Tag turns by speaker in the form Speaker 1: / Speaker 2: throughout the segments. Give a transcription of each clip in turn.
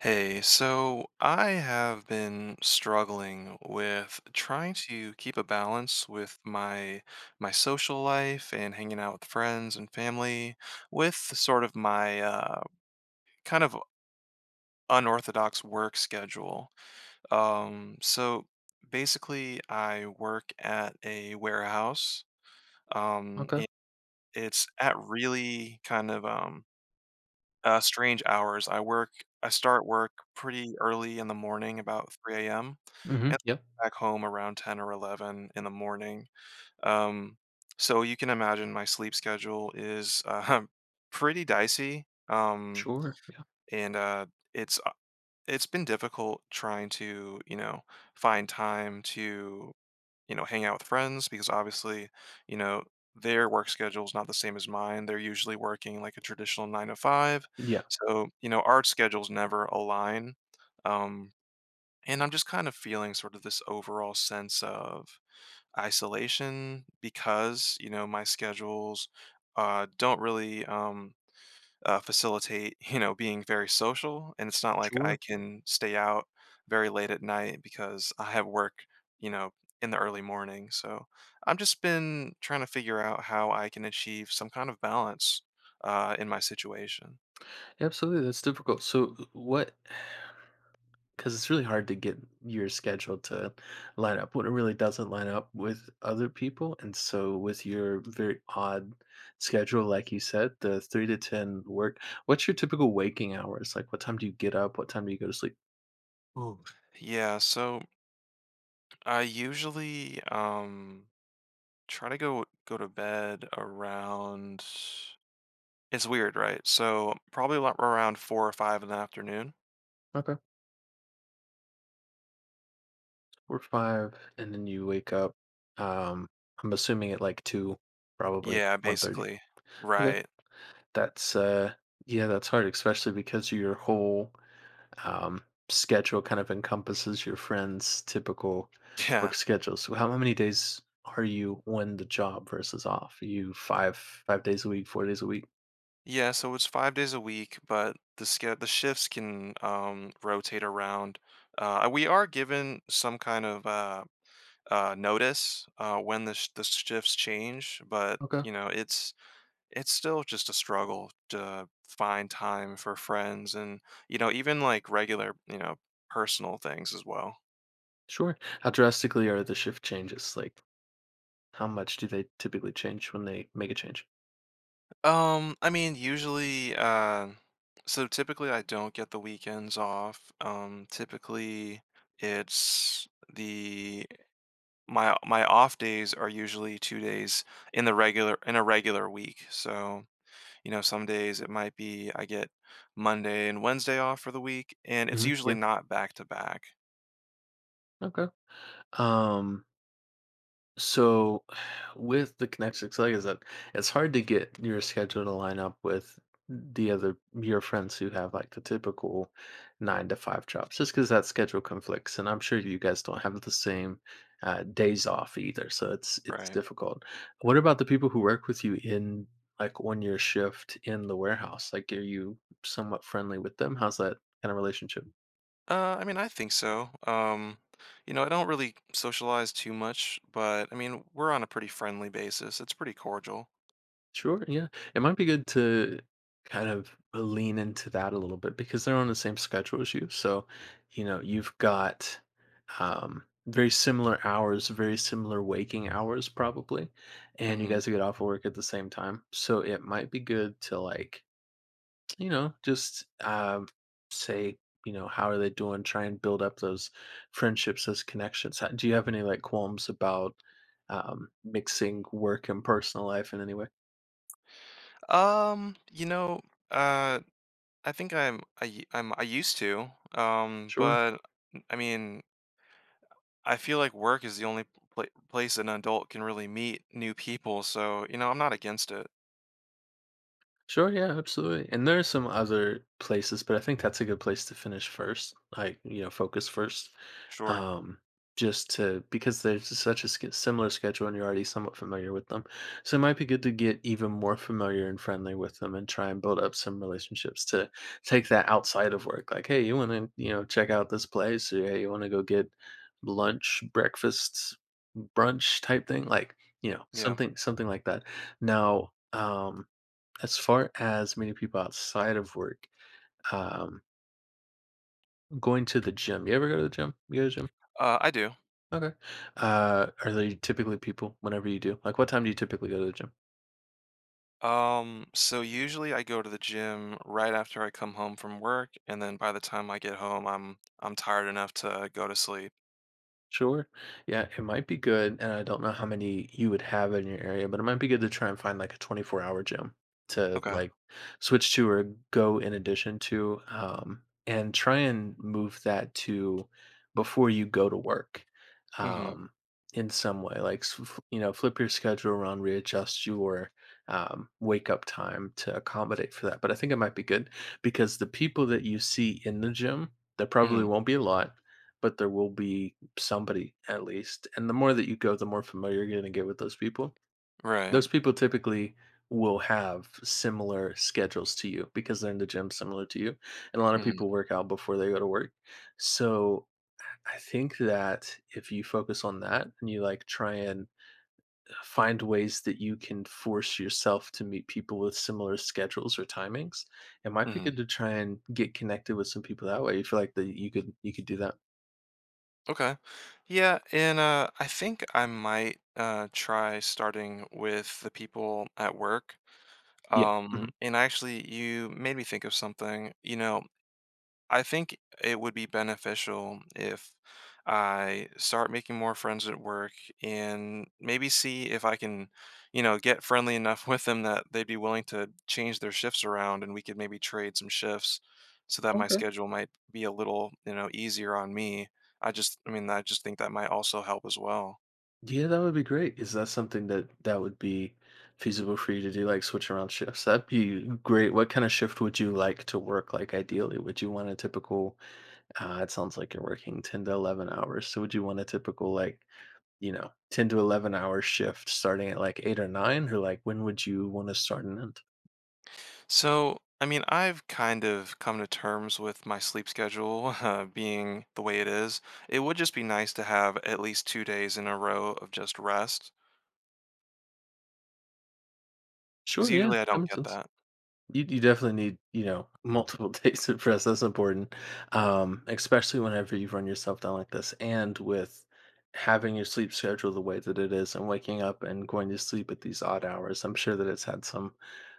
Speaker 1: Hey, so I have been struggling with trying to keep a balance with my social life and hanging out with friends and family with sort of my kind of unorthodox work schedule. So basically, I work at a warehouse. Um,
Speaker 2: Okay.
Speaker 1: and it's at really kind of strange hours. I start work pretty early in the morning, about 3 AM,
Speaker 2: Mhm.
Speaker 1: and
Speaker 2: Yep.
Speaker 1: back home around 10 or 11 in the morning. Um, so you can imagine my sleep schedule is, pretty dicey,
Speaker 2: Sure. Yeah.
Speaker 1: and, uh, it's, uh it's been difficult trying to you know, find time to you know, hang out with friends because obviously, you know, their work schedule is not the same as mine. They're usually working like a traditional nine to five.
Speaker 2: Yeah.
Speaker 1: So you know, our schedules never align. Um, and I'm just kind of feeling sort of this overall sense of isolation because you know, my schedules don't really facilitate you know, being very social. And it's not like I
Speaker 2: Sure.
Speaker 1: can stay out very late at night because I have work you know, in the early morning. So I've just been trying to figure out how I can achieve some kind of balance in my situation.
Speaker 2: Yeah, absolutely. That's difficult. So what because it's really hard to get your schedule to line up when it really doesn't line up with other people. And so with your very odd schedule, like you said, the 3 to 10 work, what's your typical waking hours? Like what time do you get up? What time do you go to sleep?
Speaker 1: Ooh. Yeah, so I usually try to go to bed around, it's weird, right? So probably around four or five in the afternoon.
Speaker 2: Okay. Or five and then you wake up. Um I'm assuming at like two, probably
Speaker 1: Yeah,
Speaker 2: 1:30.
Speaker 1: basically. Right.
Speaker 2: That's, yeah, that's hard, especially because your whole, um, schedule kind of encompasses your friend's typical
Speaker 1: Yeah.
Speaker 2: work schedule. So how many days are you on the job versus off? Are you 5 days a week, 4 days a week?
Speaker 1: Yeah, so it's 5 days a week, but the sched the shifts can rotate around. We are given some kind of notice when the sh the shifts change, but
Speaker 2: Okay,
Speaker 1: you know, it's still just a struggle to find time for friends and you know, even, like, regular you know, personal things as well.
Speaker 2: sure. How drastically are the shift changes? Like, how much do they typically change when they make a change?
Speaker 1: I mean, usually, so typically I don't get the weekends off. Typically it's the my off days are usually 2 days in the regular in a regular week. So you know, some days it might be I get Monday and Wednesday off for the week, and it's
Speaker 2: Mhm,
Speaker 1: usually
Speaker 2: yeah,
Speaker 1: not back to back,
Speaker 2: okay. Um So, with the Kinexix, like I said, it's hard to get your schedule to line up with the other your friends who have like the typical 9-to-5 jobs, just because that schedule conflicts. And I'm sure you guys don't have the same days off either, so it's
Speaker 1: right?
Speaker 2: difficult. What about the people who work with you in like on your shift in the warehouse? Like, are you somewhat friendly with them? How's that kind of relationship?
Speaker 1: I mean, I think so. You know, I don't really socialize too much, but I mean, we're on a pretty friendly basis. It's pretty cordial.
Speaker 2: Sure, yeah. It might be good to kind of lean into that a little bit because they're on the same schedule as you. So, you know, you've got very similar hours, very similar waking hours, probably. And you
Speaker 1: Mhm.
Speaker 2: guys get off of work at the same time. So it might be good to, like, you know, just say, you know, how are they doing? Try and build up those friendships, those connections. Do you have any like qualms about mixing work and personal life in any way?
Speaker 1: Um, you know, uh, I think I used to,
Speaker 2: Sure.
Speaker 1: but I mean, I feel like work is the only place an adult can really meet new people, so you know, I'm not against it.
Speaker 2: Sure, yeah, absolutely. And there are some other places, but I think that's a good place to finish first. Like, you know, focus first.
Speaker 1: Sure.
Speaker 2: Um, just to because there's such a similar schedule and you're already somewhat familiar with them. So it might be good to get even more familiar and friendly with them and try and build up some relationships to take that outside of work. Like, hey, you want to, you know, check out this place or hey, you want to go get lunch, breakfast, brunch type thing. Like, you know,
Speaker 1: Yeah.
Speaker 2: something like that. Now, as far as many people outside of work, um, going to the gym. You ever go to the gym? You go to the gym?
Speaker 1: I do.
Speaker 2: Okay. Are there typically people whenever you do? Like, what time do you typically go to the gym?
Speaker 1: So usually I go to the gym right after I come home from work, and then by the time I get home, I'm tired enough to go to sleep.
Speaker 2: Sure. Yeah, it might be good, and I don't know how many you would have in your area, but it might be good to try and find like a 24-hour gym to
Speaker 1: Okay.
Speaker 2: like switch to or go in addition to, and try and move that to before you go to work
Speaker 1: Mm-hmm.
Speaker 2: um, in some way. Like, you know, flip your schedule around, readjust your wake up time to accommodate for that. But I think it might be good because the people that you see in the gym, there probably
Speaker 1: Mm-hmm.
Speaker 2: won't be a lot, but there will be somebody at least. And the more that you go, the more familiar you're going to get with those people.
Speaker 1: Right.
Speaker 2: Those people typically will have similar schedules to you because they're in the gym similar to you. And a lot of
Speaker 1: Mm-hmm.
Speaker 2: people work out before they go to work. So I think that if you focus on that and you like try and find ways that you can force yourself to meet people with similar schedules or timings, it might be
Speaker 1: Mm-hmm.
Speaker 2: good to try and get connected with some people that way. You feel like that you could do that.
Speaker 1: Okay. Yeah, and I think I might try starting with the people at work.
Speaker 2: Yeah. Hmm.
Speaker 1: And actually, you made me think of something. You know, I think it would be beneficial if I start making more friends at work and maybe see if I can you know, get friendly enough with them that they'd be willing to change their shifts around and we could maybe trade some shifts so that my
Speaker 2: Okay.
Speaker 1: schedule might be a little you know, easier on me. I mean, I just think that might also help as well.
Speaker 2: Yeah, that would be great. Is that something that would be feasible for you to do, like switch around shifts? That'd be great. What kind of shift would you like to work? Like ideally, would you want a typical? It sounds like you're working 10 to 11 hours. So would you want a typical like you know 10 to 11 hour shift starting at like eight or nine, or like when would you want to start and end?
Speaker 1: So, I mean, I've kind of come to terms with my sleep schedule being the way it is. It would just be nice to have at least 2 days in a row of just rest, because
Speaker 2: Sure. Yeah,
Speaker 1: usually I
Speaker 2: that
Speaker 1: don't
Speaker 2: makes
Speaker 1: get
Speaker 2: sense.
Speaker 1: that.
Speaker 2: You definitely need, you know, multiple days of rest. That's important, especially whenever you run yourself down like this, and with having your sleep schedule the way that it is, and waking up and going to sleep at these odd hours. I'm sure that it's had some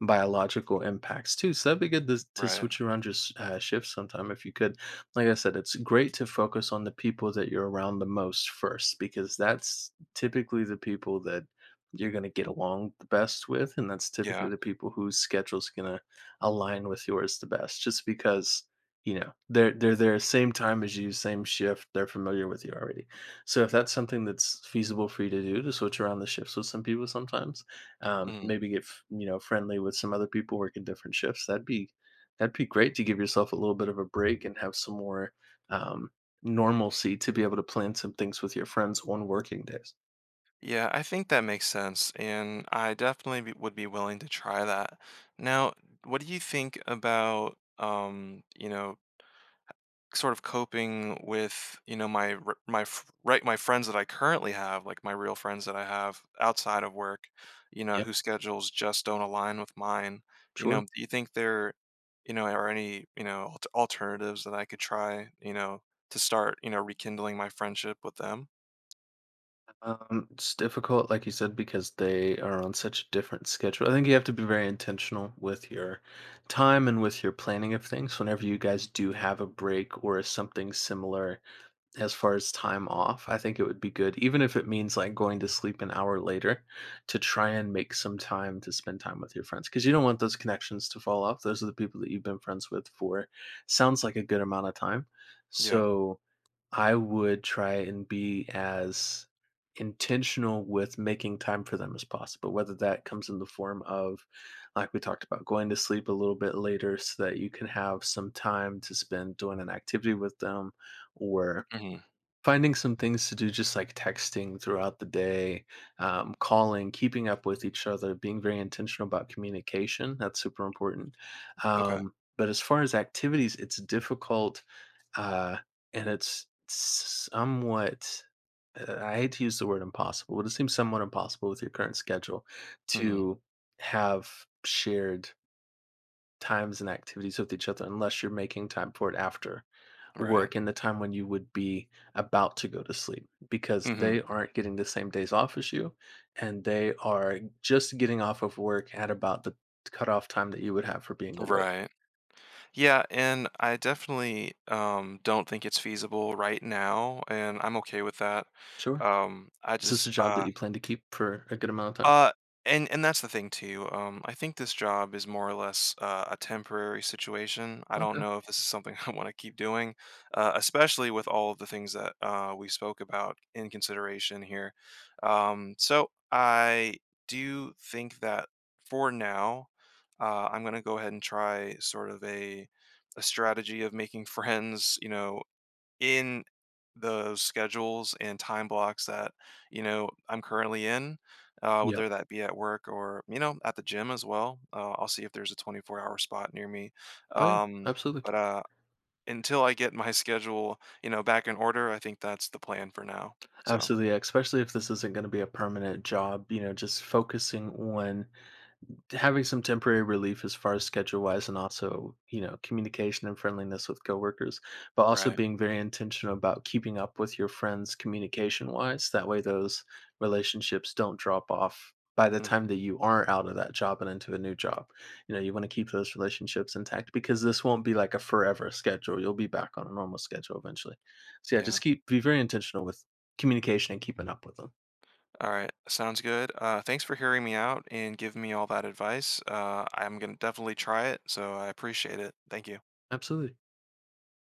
Speaker 2: biological impacts too. So that'd be good to
Speaker 1: Right.
Speaker 2: switch around your shifts sometime if you could. Like I said, it's great to focus on the people that you're around the most first, because that's typically the people that you're gonna get along the best with, and that's typically
Speaker 1: Yeah.
Speaker 2: the people whose schedule's gonna align with yours the best, just because you know they're there same time as you, same shift. They're familiar with you already. So if that's something that's feasible for you to do, to switch around the shifts with some people sometimes,
Speaker 1: Mhm.
Speaker 2: maybe get you know friendly with some other people working different shifts. That'd be great to give yourself a little bit of a break and have some more um, normalcy to be able to plan some things with your friends on working days.
Speaker 1: Yeah, I think that makes sense, and would be willing to try that. Now, what do you think about you know, sort of coping with, you know, my r- my f- right my friends that I currently have, like my real friends that I have outside of work, you know,
Speaker 2: Yeah,
Speaker 1: whose schedules just don't align with mine. You
Speaker 2: sure.
Speaker 1: know, do you think there you know, are any you know, alternatives that I could try you know, to start you know, rekindling my friendship with them?
Speaker 2: It's difficult, like you said, because they are on such a different schedule. I think you have to be very intentional with your time and with your planning of things. Whenever you guys do have a break or something similar as far as time off, I think it would be good, even if it means like going to sleep an hour later, to try and make some time to spend time with your friends because you don't want those connections to fall off. Those are the people that you've been friends with for sounds like a good amount of time.
Speaker 1: Yeah.
Speaker 2: So, I would try and be as intentional with making time for them as possible, whether that comes in the form of, like we talked about, going to sleep a little bit later so that you can have some time to spend doing an activity with them or
Speaker 1: Hmm.
Speaker 2: finding some things to do, just like texting throughout the day, calling, keeping up with each other, being very intentional about communication. That's super important.
Speaker 1: Okay.
Speaker 2: But as far as activities, it's difficult uh, and it's somewhat, I hate to use the word impossible, but it seems somewhat impossible with your current schedule
Speaker 1: Hmm.
Speaker 2: to have shared times and activities with each other unless you're making time for it after
Speaker 1: Right.
Speaker 2: work in the time when you would be about to go to sleep because
Speaker 1: Hmm.
Speaker 2: they aren't getting the same days off as you and they are just getting off of work at about the cutoff time that you would have for being awake.
Speaker 1: Right. Yeah, and I definitely don't think it's feasible right now, and I'm okay with that.
Speaker 2: Sure.
Speaker 1: I
Speaker 2: Is this a
Speaker 1: just
Speaker 2: job that you plan to keep for a good amount of time?
Speaker 1: uh, and that's the thing too. I think this job is more or less a temporary situation. I don't
Speaker 2: Okay.
Speaker 1: know if this is something I want to keep doing, especially with all of the things that we spoke about in consideration here. So I do think that for now, I'm going to go ahead and try sort of a strategy of making friends You know, in those schedules and time blocks that you know, I'm currently in,
Speaker 2: Yeah.
Speaker 1: whether that be at work or you know, at the gym as well. I'll see if there's a 24-hour spot near me.
Speaker 2: Oh yeah.
Speaker 1: Um,
Speaker 2: Absolutely.
Speaker 1: but until I get my schedule you know, back in order, I think that's the plan for now. So.
Speaker 2: Absolutely, yeah, especially if this isn't going to be a permanent job, you know, just focusing on having some temporary relief as far as schedule wise and also you know communication and friendliness with coworkers but also
Speaker 1: Right.
Speaker 2: being very intentional about keeping up with your friends communication wise that way those relationships don't drop off by the time
Speaker 1: Mhm.
Speaker 2: that you are out of that job and into a new job. You know you want to keep those relationships intact because this won't be like a forever schedule, you'll be back on a normal schedule eventually, so yeah,
Speaker 1: Yeah.
Speaker 2: just keep be very intentional with communication and keeping up with them.
Speaker 1: All right. Sounds good. Thanks for hearing me out and giving me all that advice. I'm gonna definitely try it. So I appreciate it. Thank you.
Speaker 2: Absolutely.